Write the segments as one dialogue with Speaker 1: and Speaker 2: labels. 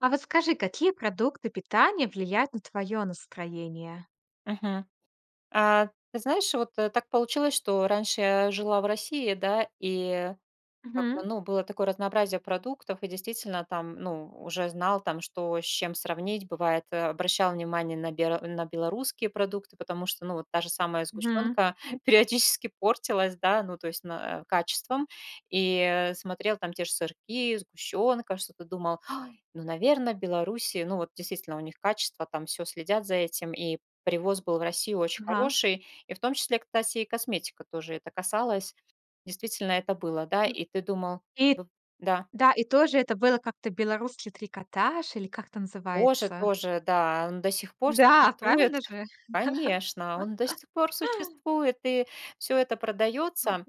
Speaker 1: А вот скажи, какие продукты питания влияют на твое настроение?
Speaker 2: Мгм. А, ты знаешь, вот, так получилось, что раньше я жила в России, да, и как-то,
Speaker 1: Мгм.
Speaker 2: ну, было такое разнообразие продуктов, и действительно там, ну, уже знал там, что с чем сравнить. Бывает, обращал внимание на бер на белорусские продукты, потому что, ну, вот та же самая
Speaker 1: Мгм.
Speaker 2: сгущенка периодически портилась, да, ну, то есть на качеством. И, смотрел там те же сырки, сгущенка, что-то думал, ну, наверно, Белоруссии, ну, вот действительно у них качество, там все следят за этим, и привоз был в Россию очень
Speaker 1: Ага.
Speaker 2: хороший, и в том числе, кстати, и косметика тоже это касалось. Действительно, это было, да,
Speaker 1: М.
Speaker 2: и ты думал,
Speaker 1: И
Speaker 2: б да,
Speaker 1: да, и тоже это было как-то "Белорусский трикотаж" или как это
Speaker 2: кожа
Speaker 1: называется?
Speaker 2: тоже, да, он до сих пор
Speaker 1: Да,
Speaker 2: существует,
Speaker 1: правильно же?
Speaker 2: конечно, он до сих пор существует, и все это продается.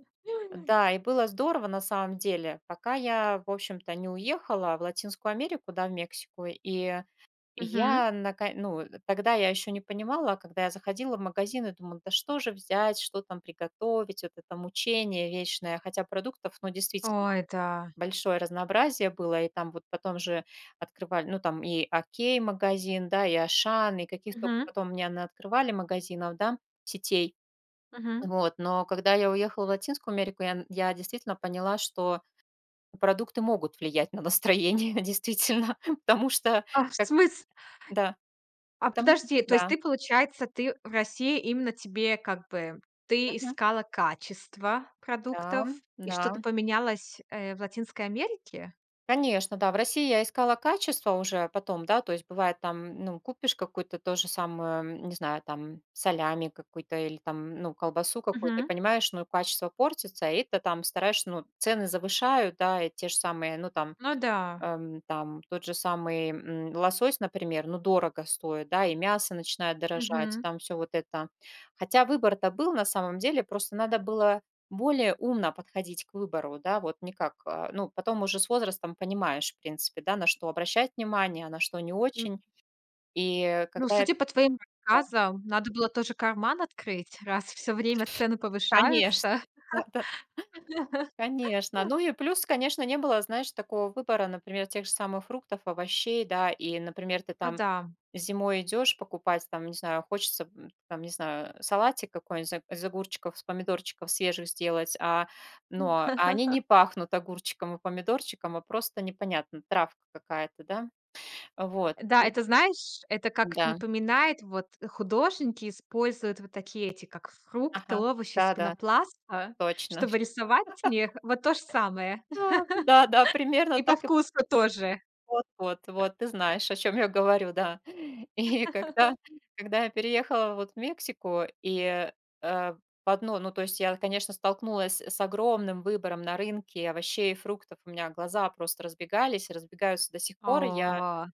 Speaker 2: Да, и было здорово на самом деле, пока я, в общем-то, не уехала в Латинскую Америку, да, в Мексику, и
Speaker 1: Мгм.
Speaker 2: Я нака ну, тогда я еще не понимала, а когда я заходила в магазин и думала: «Да что же взять, что там приготовить?» Вот это мучение вечное. Хотя продуктов, ну, действительно,
Speaker 1: Ой, да.
Speaker 2: большое разнообразие было. И там вот потом же открывали, ну, там и «Окей» магазин, да, и «Ашан», и каких только
Speaker 1: Мгм.
Speaker 2: потом мне она открывали магазинов, да, сетей.
Speaker 1: Мгм.
Speaker 2: Вот, но когда я уехала в Латинскую Америку, я действительно поняла, что продукты могут влиять на настроение, действительно, потому что
Speaker 1: А в
Speaker 2: как
Speaker 1: смыс
Speaker 2: да,
Speaker 1: а
Speaker 2: потому что
Speaker 1: подожди, то есть
Speaker 2: да.
Speaker 1: ты, получается, ты в России именно тебе как бы ты
Speaker 2: Мгм.
Speaker 1: искала качество
Speaker 2: Да,
Speaker 1: продуктов, и
Speaker 2: да,
Speaker 1: что-то поменялось, в Латинской Америке?
Speaker 2: конечно, да. В России я искала качество уже потом, да, то есть бывает там, ну, купишь какую-то то же самое, не знаю, там, солями какую-то или там, ну, колбасу какую-то, и
Speaker 1: Мгм.
Speaker 2: понимаешь, ну, качество портится, и ты там стараешься, ну, цены завышают, да, и те же самые, ну, там,
Speaker 1: Ну да.
Speaker 2: Там тот же самый, лосось, например, ну, дорого стоит, да, и мясо начинает дорожать,
Speaker 1: Мгм.
Speaker 2: там все вот это. Хотя выбор-то был на самом деле, просто надо было более умно подходить к выбору, да, вот не как, а, ну, потом уже с возрастом понимаешь, в принципе, да, на что обращать внимание, а на что не
Speaker 1: М,
Speaker 2: очень. И
Speaker 1: ну,
Speaker 2: когда это.
Speaker 1: судя по твоим рассказам, надо было тоже карман открыть, раз все время цены
Speaker 2: Конечно,
Speaker 1: повышаются.
Speaker 2: да-да, конечно. Ну и плюс, конечно, не было, знаешь, такого выбора, например, тех же самых фруктов, овощей, да, и, например, ты
Speaker 1: Ну
Speaker 2: там
Speaker 1: да.
Speaker 2: зимой идешь покупать, там, не знаю, хочется, там, не знаю, салатик какой-нибудь из ог из огурчиков, с помидорчиков свежих сделать, а, ну, а они не пахнут огурчиком и помидорчиком, а просто непонятно, травка какая-то, да? Вот,
Speaker 1: Да,
Speaker 2: и
Speaker 1: это, знаешь, это как
Speaker 2: да,
Speaker 1: напоминает, вот художники используют вот такие эти, как фрукты,
Speaker 2: ага,
Speaker 1: овощи из
Speaker 2: да-да,
Speaker 1: пенопласта,
Speaker 2: точно.
Speaker 1: чтобы рисовать с них. Вот то же самое.
Speaker 2: Да, да-да, примерно
Speaker 1: И по
Speaker 2: так и.
Speaker 1: вкусу тоже.
Speaker 2: Вот, вот, вот, ты знаешь, о чем я говорю, да. И когда я переехала вот в Мексику, и, э, в одно ну, то есть я, конечно, столкнулась с огромным выбором на рынке овощей и фруктов. У меня глаза просто разбегались разбегаются до сих пор. Я
Speaker 1: О,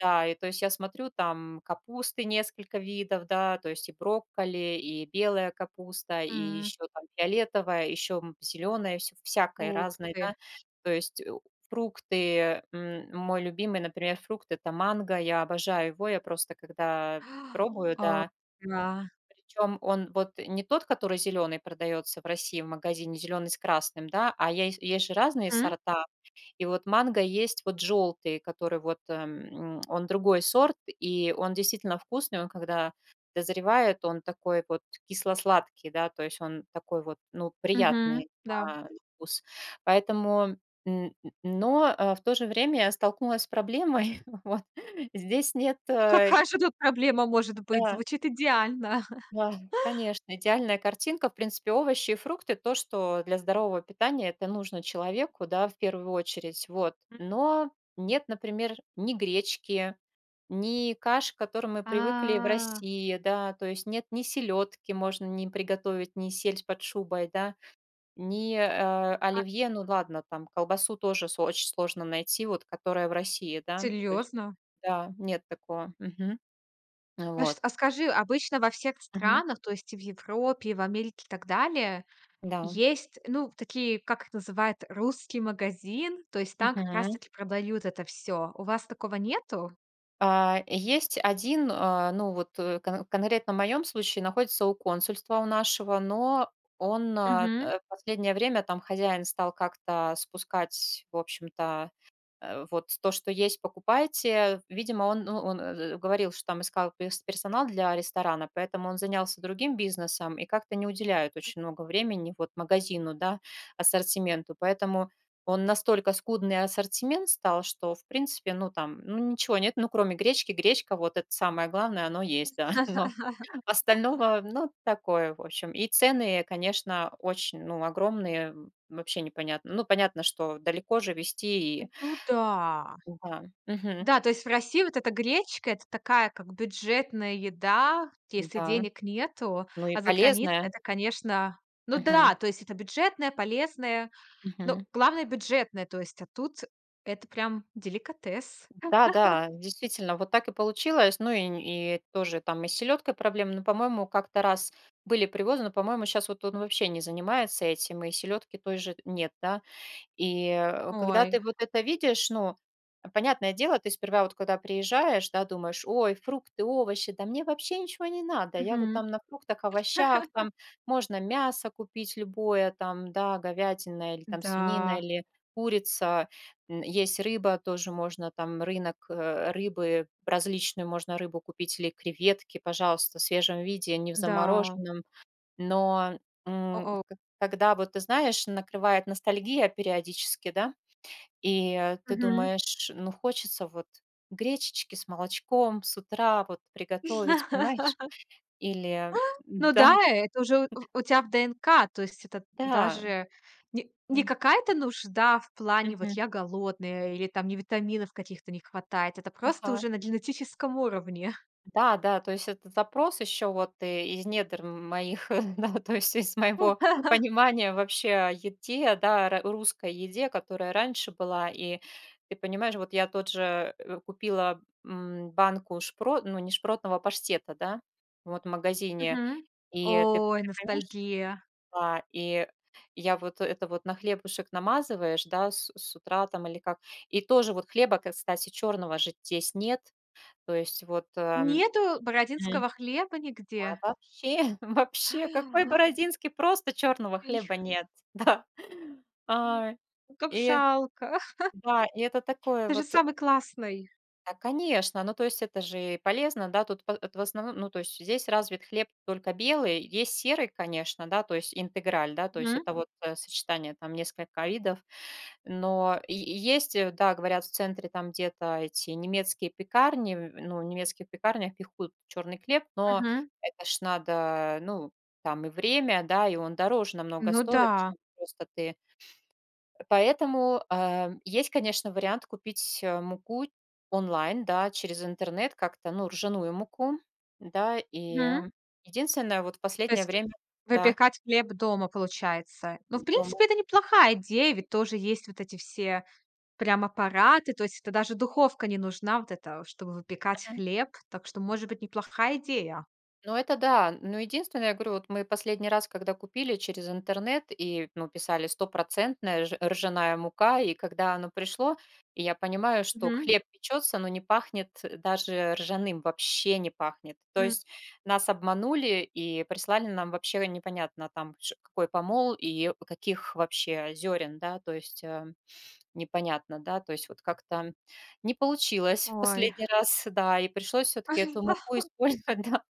Speaker 2: да, и то есть я смотрю, там капусты несколько видов, да, то есть и брокколи, и белая капуста, и
Speaker 1: м,
Speaker 2: еще там фиолетовая, еще зеленая, все всякое
Speaker 1: ух
Speaker 2: разное,
Speaker 1: ты.
Speaker 2: да. То есть, фрукты, мой любимый, например, фрукт — это манго, я обожаю его, я просто когда пробую,
Speaker 1: А,
Speaker 2: да,
Speaker 1: да.
Speaker 2: причем он вот не тот, который зеленый продается в России в магазине, зеленый с красным, да, а есть же разные
Speaker 1: Мгм,
Speaker 2: сорта. И вот манго есть вот желтый, который вот, он другой сорт, и он действительно вкусный. Он когда дозревает, он такой вот кисло-сладкий, да, то есть он такой вот, ну,
Speaker 1: мгм,
Speaker 2: приятный
Speaker 1: да.
Speaker 2: на вкус. Поэтому, м, но, в то же время я столкнулась с проблемой. Вот здесь нет,
Speaker 1: Какая же тут проблема может быть?
Speaker 2: да,
Speaker 1: Звучит идеально.
Speaker 2: да, конечно, идеальная картинка. В принципе, овощи и фрукты — то, что для здорового питания это нужно человеку, да, в первую очередь, вот. Но нет, например, ни гречки, ни каш, к которым мы привыкли в
Speaker 1: А,
Speaker 2: России, да, то есть нет ни селедки, можно не приготовить, ни сельдь под шубой, да, ни,
Speaker 1: а
Speaker 2: оливье, ну ладно, там колбасу тоже с очень сложно найти, вот которая в России, да, то есть,
Speaker 1: серьезно?
Speaker 2: да, нет такого. Мгм.
Speaker 1: А ш
Speaker 2: Вот.
Speaker 1: а скажи, обычно во всех
Speaker 2: Мгм.
Speaker 1: странах, то есть и в Европе, и в Америке, и так далее,
Speaker 2: Да.
Speaker 1: есть, ну, такие, как их называют, русский магазин, то есть там как раз
Speaker 2: Мгм.
Speaker 1: таки продают это все. У вас такого нету?
Speaker 2: А, есть один, а, ну, вот, конкретно в моем случае находится у консульства у нашего, но он,
Speaker 1: Мгм.
Speaker 2: в последнее время там хозяин стал как-то спускать, в общем-то. Вот то, что есть, покупайте. Видимо, он, ну, говорил, что там искал персонал для ресторана, поэтому он занялся другим бизнесом и как-то не уделяет очень много времени вот магазину, да, ассортименту. Поэтому он настолько скудный ассортимент стал, что, в принципе, ну, там, ну, ничего нет, ну, кроме гречки. Гречка, вот это самое главное, оно есть, да, но остального, ну, такое, в общем. И цены, конечно, очень, ну, огромные, вообще непонятно. Ну, понятно, что далеко же вести и
Speaker 1: Ну да.
Speaker 2: да, мгм,
Speaker 1: Да, то есть в России вот эта гречка- это такая как бюджетная еда, если
Speaker 2: да,
Speaker 1: денег нету,
Speaker 2: ну и
Speaker 1: а за границей
Speaker 2: полезная.
Speaker 1: это, конечно, ну
Speaker 2: Мгм,
Speaker 1: да, то есть это бюджетная, полезная. Ну,
Speaker 2: мгм.
Speaker 1: главное бюджетное, то есть, а тут это прям деликатес.
Speaker 2: Да-да, действительно, вот так и получилось. Ну и тоже там и с селедкой проблемы, но, по-моему, как-то раз были привозы, но, по-моему, сейчас вот он вообще не занимается этим, и селедки той же нет, да? И, когда ты
Speaker 1: Ой.
Speaker 2: вот это видишь, ну, понятное дело, ты сперва вот когда приезжаешь, да, думаешь: «Ой, фрукты, овощи, да мне вообще ничего не надо. Я вот там
Speaker 1: Мгм.
Speaker 2: на фруктах, овощах, там можно мясо купить любое, там, да, говядина или там свинина,
Speaker 1: Да,
Speaker 2: или курица, есть рыба, тоже можно там рынок, рыбы, различную можно рыбу купить или креветки, пожалуйста, в свежем виде, не в
Speaker 1: да.
Speaker 2: замороженном». Но,
Speaker 1: О-о.
Speaker 2: к когда вот, ты знаешь, накрывает ностальгия периодически, да, и ты
Speaker 1: Мгм.
Speaker 2: думаешь, ну, хочется вот гречечки с молочком с утра вот приготовить, понимаешь? Или
Speaker 1: Ну да,
Speaker 2: да,
Speaker 1: это уже у тя в ДНК, то есть это
Speaker 2: да,
Speaker 1: даже не
Speaker 2: м,
Speaker 1: какая-то нужда в плане: "Вот
Speaker 2: мгм,
Speaker 1: я голодная" или там: не витаминов каких-то не хватает". Это просто
Speaker 2: ага.
Speaker 1: уже на генетическом уровне.
Speaker 2: Да, да, то есть этот запрос еще вот и из недр моих, да, то есть из моего понимания вообще о еде, да, русской еде, которая раньше была. И ты понимаешь, вот я тот же купила банку шпрот, ну не шпротного а паштета, да, вот в магазине.
Speaker 1: Мгм.
Speaker 2: И ты
Speaker 1: Ой,
Speaker 2: понимаешь,
Speaker 1: ностальгия.
Speaker 2: да, и я вот это вот на хлебушек намазываешь, да, с утра там или как. И тоже вот хлеба, кстати, черного же здесь нет. То есть вот
Speaker 1: Нету бородинского хлеба
Speaker 2: да,
Speaker 1: нигде?
Speaker 2: вообще, вообще, какой бородинский, просто черного хлеба нет. Да.
Speaker 1: М,
Speaker 2: А,
Speaker 1: ну, как
Speaker 2: и
Speaker 1: жалко. Ах,
Speaker 2: да, и это такое
Speaker 1: ты же
Speaker 2: вот
Speaker 1: самый классный.
Speaker 2: да, конечно, ну, то есть это же и полезно, да, тут по это в основном, ну, то есть здесь развит хлеб только белый, есть серый, конечно, да, то есть интеграль, да, то есть
Speaker 1: Мгм,
Speaker 2: это вот, сочетание там несколько видов. Но и есть, да, говорят, в центре там где-то эти немецкие пекарни, в ну, в немецких пекарнях пекут черный хлеб, но
Speaker 1: мгм.
Speaker 2: это ж надо, ну, там и время, да, и он дороже намного
Speaker 1: Ну
Speaker 2: стоит,
Speaker 1: да.
Speaker 2: чем просто ты. Поэтому, а, есть, конечно, вариант купить, муку онлайн, да, через интернет как-то, ну, ржаную муку, да, и
Speaker 1: Мгм.
Speaker 2: единственное, вот в
Speaker 1: То
Speaker 2: последнее
Speaker 1: есть к
Speaker 2: время, да,
Speaker 1: выпекать хлеб дома получается. Ну, в
Speaker 2: дома.
Speaker 1: принципе, это неплохая идея, ведь тоже есть вот эти все прям аппараты, то есть это даже духовка не нужна вот это, чтобы выпекать хлеб, так что, может быть, неплохая идея.
Speaker 2: Ну, это да. Но единственное, я говорю, вот мы последний раз, когда купили через интернет и, ну, писали стопроцентная ржаная мука, и когда оно пришло, и я понимаю, что
Speaker 1: Мгм,
Speaker 2: хлеб печется, но не пахнет даже ржаным, вообще не пахнет. То
Speaker 1: м.
Speaker 2: есть нас обманули и прислали нам вообще непонятно там какой помол и каких вообще зерен, да, то есть непонятно, да, то есть вот как-то не получилось в
Speaker 1: Ой.
Speaker 2: последний раз, да, и пришлось все-таки эту муку использовать, да,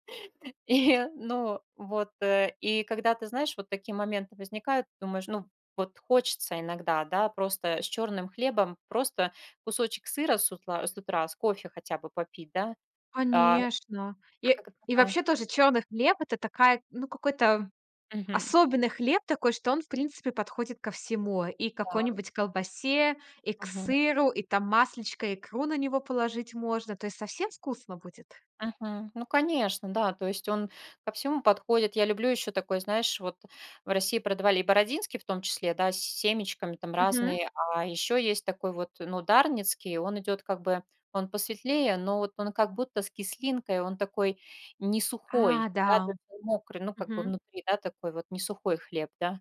Speaker 2: и, ну, вот, и когда ты знаешь, вот такие моменты возникают, думаешь, ну, вот хочется иногда, да, просто с черным хлебом, просто кусочек сыра с утра, с кофе хотя бы попить, да. А,
Speaker 1: Конечно.
Speaker 2: а
Speaker 1: И и
Speaker 2: когда
Speaker 1: вообще тоже черный хлеб- это такая, ну, какой-то
Speaker 2: Мгм.
Speaker 1: особенно хлеб такой, что он, в принципе, подходит ко всему. И к
Speaker 2: Да,
Speaker 1: какой-нибудь колбасе, и к
Speaker 2: мгм.
Speaker 1: сыру, и там маслечко, икру на него положить можно. То есть совсем вкусно будет.
Speaker 2: Мгм. Ну, конечно, да. То есть он ко всему подходит. Я люблю еще такой, знаешь, вот в России продавали и бородинский в том числе, да, с семечками там
Speaker 1: Мгм.
Speaker 2: разные, а еще есть такой вот, ну, дарницкий, он идет как бы, он посветлее, но вот он как будто с кислинкой, он такой не сухой,
Speaker 1: А, да.
Speaker 2: да, то есть он мокрый, ну, как бы
Speaker 1: Мгм.
Speaker 2: внутри, да, такой вот не сухой хлеб, да.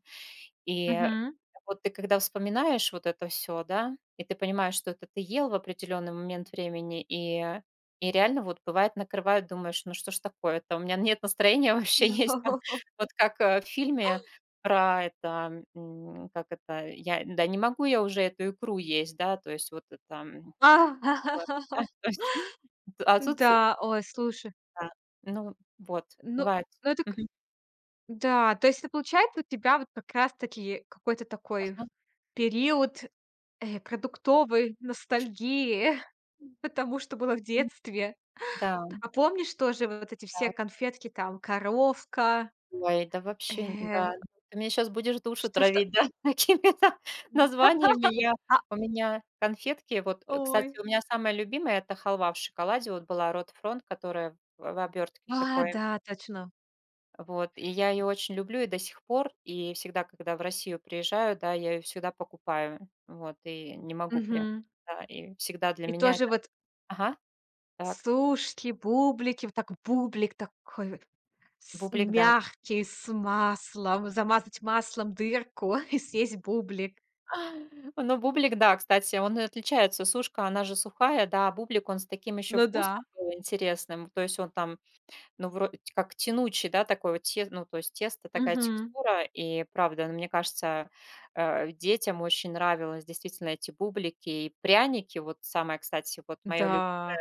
Speaker 2: И
Speaker 1: Мгм.
Speaker 2: вот ты когда вспоминаешь вот это все, да, и ты понимаешь, что это ты ел в определенный момент времени, и реально вот бывает накрывает, думаешь: «Ну что ж такое-то, у меня нет настроения вообще есть там». Вот как, в фильме про это, как это, я да не могу я уже эту икру есть, да, то есть вот это,
Speaker 1: А.
Speaker 2: вот, да, то есть, а тут,
Speaker 1: Да, ой, слушай.
Speaker 2: да, ну вот,
Speaker 1: Ну,
Speaker 2: бывает.
Speaker 1: ну это к
Speaker 2: Мгм.
Speaker 1: да, то есть это получается у тебя вот как раз таки какой-то такой
Speaker 2: Ага.
Speaker 1: период, продуктовой ностальгии, потому что было в детстве.
Speaker 2: Да,
Speaker 1: А помнишь тоже вот эти все
Speaker 2: да.
Speaker 1: конфетки там, коровка,
Speaker 2: Ой, да вообще, н
Speaker 1: э,
Speaker 2: да. Ну, ты меня сейчас будешь душу
Speaker 1: что
Speaker 2: травить, да, какими-то названиями. Я
Speaker 1: А,
Speaker 2: у меня конфетки вот,
Speaker 1: ой.
Speaker 2: кстати, у меня самая любимая — это халва в шоколаде. Вот была «Рот», которая в обертке
Speaker 1: А,
Speaker 2: такой.
Speaker 1: да, точно.
Speaker 2: Вот, и я ее очень
Speaker 1: И
Speaker 2: люблю и до сих пор. И всегда, когда в Россию приезжаю, да, я ее всегда покупаю. Вот, и не могу прям,
Speaker 1: мгм.
Speaker 2: да, и всегда для
Speaker 1: И
Speaker 2: меня
Speaker 1: тоже
Speaker 2: это.
Speaker 1: вот
Speaker 2: Ага, так.
Speaker 1: сушки, бублики, вот так бублик такой вот с
Speaker 2: Бублик, да.
Speaker 1: мягкий, с маслом, замазать маслом дырку и съесть бублик.
Speaker 2: Ну, бублик, да, кстати, он и отличается. Сушка, она же сухая, да, а бублик, он с таким еще
Speaker 1: Ну да.
Speaker 2: вкусом был интересным. То есть он там, ну, вроде как тянучий, да, такой вот, ну, то есть тесто, такая
Speaker 1: Мгм.
Speaker 2: текстура. И правда, ну, мне кажется, детям очень нравилось действительно эти бублики и пряники. Вот самое, кстати, вот мое любимое.
Speaker 1: Да.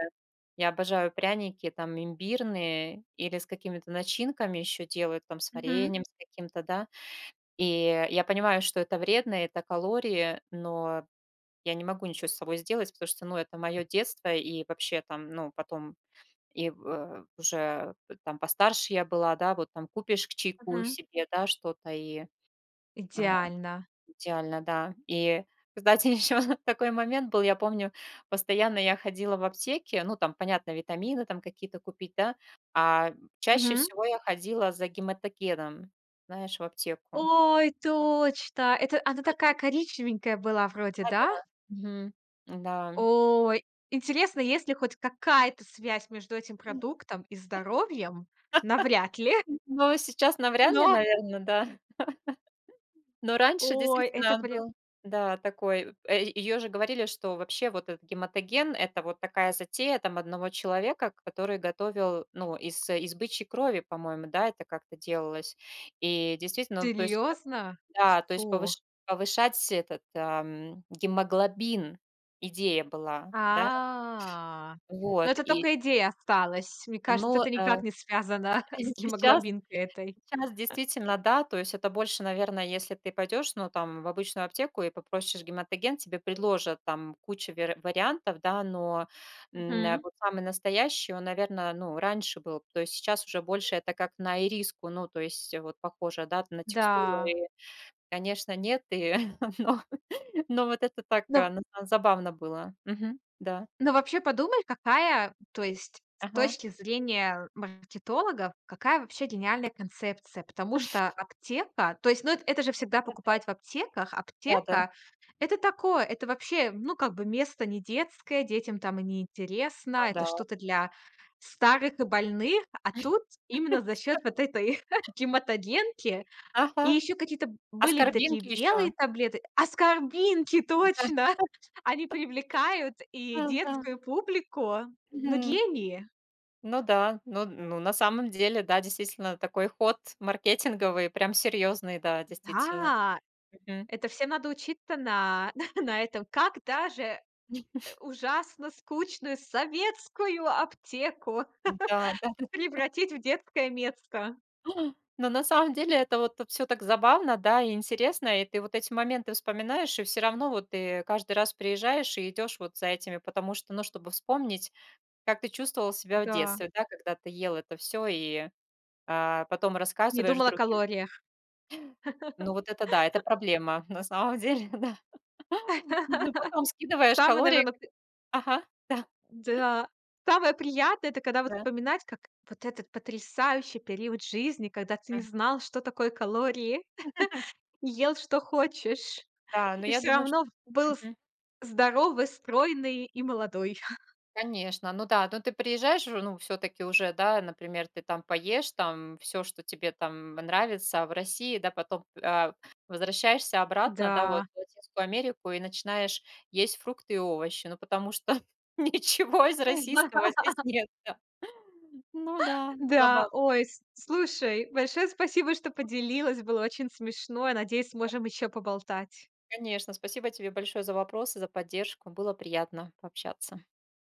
Speaker 2: Я обожаю пряники, там, имбирные или с какими-то начинками еще делают, там, с
Speaker 1: Мгм.
Speaker 2: вареньем, с каким-то, да. И я понимаю, что это вредно, это калории, но я не могу ничего с собой сделать, потому что, ну, это мое детство, и вообще там, ну, потом и уже там постарше я была, да, вот там купишь к чайку
Speaker 1: Мгм.
Speaker 2: себе, да, что-то, и а,
Speaker 1: Идеально.
Speaker 2: идеально, да. И, кстати, еще такой момент был, я помню, постоянно я ходила в аптеке, ну, там, понятно, витамины там какие-то купить, да, а чаще
Speaker 1: Мгм.
Speaker 2: всего я ходила за гематогеном, знаешь, в аптеку.
Speaker 1: Ой, точно! Это она такая коричневенькая была вроде, да?
Speaker 2: Да-да. Мгм. Да.
Speaker 1: Ой, интересно, есть ли хоть какая-то связь между этим продуктом и здоровьем? Навряд ли,
Speaker 2: Но сейчас навряд ли,
Speaker 1: но
Speaker 2: наверное, да. Но раньше
Speaker 1: ой,
Speaker 2: действительно
Speaker 1: это
Speaker 2: он
Speaker 1: прям
Speaker 2: был, да, такой. Ее же говорили, что вообще вот этот гематоген — это вот такая затея там одного человека, который готовил, ну, из из бычьей крови, по-моему, да, это как-то делалось. И действительно, ну, то есть,
Speaker 1: серьезно?
Speaker 2: да, то есть
Speaker 1: Фу.
Speaker 2: повышать этот, гемоглобин — идея была, да,
Speaker 1: А. Но
Speaker 2: вот.
Speaker 1: это
Speaker 2: И,
Speaker 1: только идея осталась. Мне кажется,
Speaker 2: ну,
Speaker 1: это никак не связано с
Speaker 2: сейчас.
Speaker 1: гемоглобинкой этой.
Speaker 2: Сейчас действительно, да, то есть это больше, наверное, если ты пойдешь, ну, там, в обычную аптеку и попросишь гематоген, тебе предложат там кучу вариантов, да, но
Speaker 1: Мгм.
Speaker 2: вот самый настоящий, он, наверное, ну, раньше был, то есть сейчас уже больше это как на ириску, ну, то есть вот похоже, да, на текстуру,
Speaker 1: Да.
Speaker 2: и, конечно, нет, и, но, вот это так
Speaker 1: Но
Speaker 2: забавно было. Мгм. Да,
Speaker 1: ну, вообще подумай, какая, то есть с
Speaker 2: ага,
Speaker 1: точки зрения маркетологов, какая вообще гениальная концепция, потому что аптека, то есть, ну, эт это же всегда
Speaker 2: да,
Speaker 1: покупать в аптеках.
Speaker 2: да, да,
Speaker 1: Аптека- это такое, это вообще, ну, как бы место не детское, детям там и не интересно, это
Speaker 2: да,
Speaker 1: что-то для старых и больных, а тут именно за счет вот этой гематогенки и
Speaker 2: ага,
Speaker 1: еще какие-то были такие
Speaker 2: аскорбинки еще,
Speaker 1: белые таблеты. Аскорбинки,
Speaker 2: да,
Speaker 1: точно! Они привлекают и
Speaker 2: да, да.
Speaker 1: детскую публику. Но
Speaker 2: Мгм.
Speaker 1: гении!
Speaker 2: Ну да, ну, на самом деле, да, действительно, такой ход маркетинговый, прям серьезный, да, действительно.
Speaker 1: Да,
Speaker 2: Мгм.
Speaker 1: это всем надо учиться на на этом. Как даже, ужасно скучную советскую аптеку
Speaker 2: Да, да.
Speaker 1: превратить в детское место.
Speaker 2: Но на самом деле это вот все так забавно, да, и интересно, и ты вот эти моменты вспоминаешь, и все равно вот ты каждый раз приезжаешь и идешь вот за этими, потому что, ну, чтобы вспомнить, как ты чувствовал себя в
Speaker 1: Да,
Speaker 2: детстве, да, когда ты ел это все и, а, потом
Speaker 1: не
Speaker 2: рассказываешь
Speaker 1: думала о
Speaker 2: другим.
Speaker 1: калориях.
Speaker 2: Ну вот это да, это проблема на самом деле, да. Ну потом скидываешь
Speaker 1: Самое
Speaker 2: калории.
Speaker 1: наверное.
Speaker 2: Ага, да,
Speaker 1: Да. Самое приятное- это когда вот
Speaker 2: да.
Speaker 1: вспоминать, как вот этот потрясающий период жизни, когда ты не
Speaker 2: Мгм.
Speaker 1: знал, что такое калории, и ел, что хочешь,
Speaker 2: Да, но
Speaker 1: и
Speaker 2: я
Speaker 1: все
Speaker 2: думаю, что.
Speaker 1: равно был с
Speaker 2: Мгм.
Speaker 1: здоровый, стройный и молодой.
Speaker 2: Конечно, ну да, ну ты приезжаешь же, ну, все таки уже, да, например, ты там поешь, там все, что тебе там нравится в России, да, потом, а, возвращаешься обратно, да, вот
Speaker 1: Да.
Speaker 2: в Латинскую Америку и начинаешь есть фрукты и овощи, ну, потому что ничего из российского здесь нет, да. Ну да,
Speaker 1: Да,
Speaker 2: забавно,
Speaker 1: ой, с слушай, большое спасибо, что поделилась, было очень смешно. Я надеюсь, сможем еще поболтать.
Speaker 2: конечно. Спасибо тебе большое за вопросы, за поддержку. Было приятно пообщаться.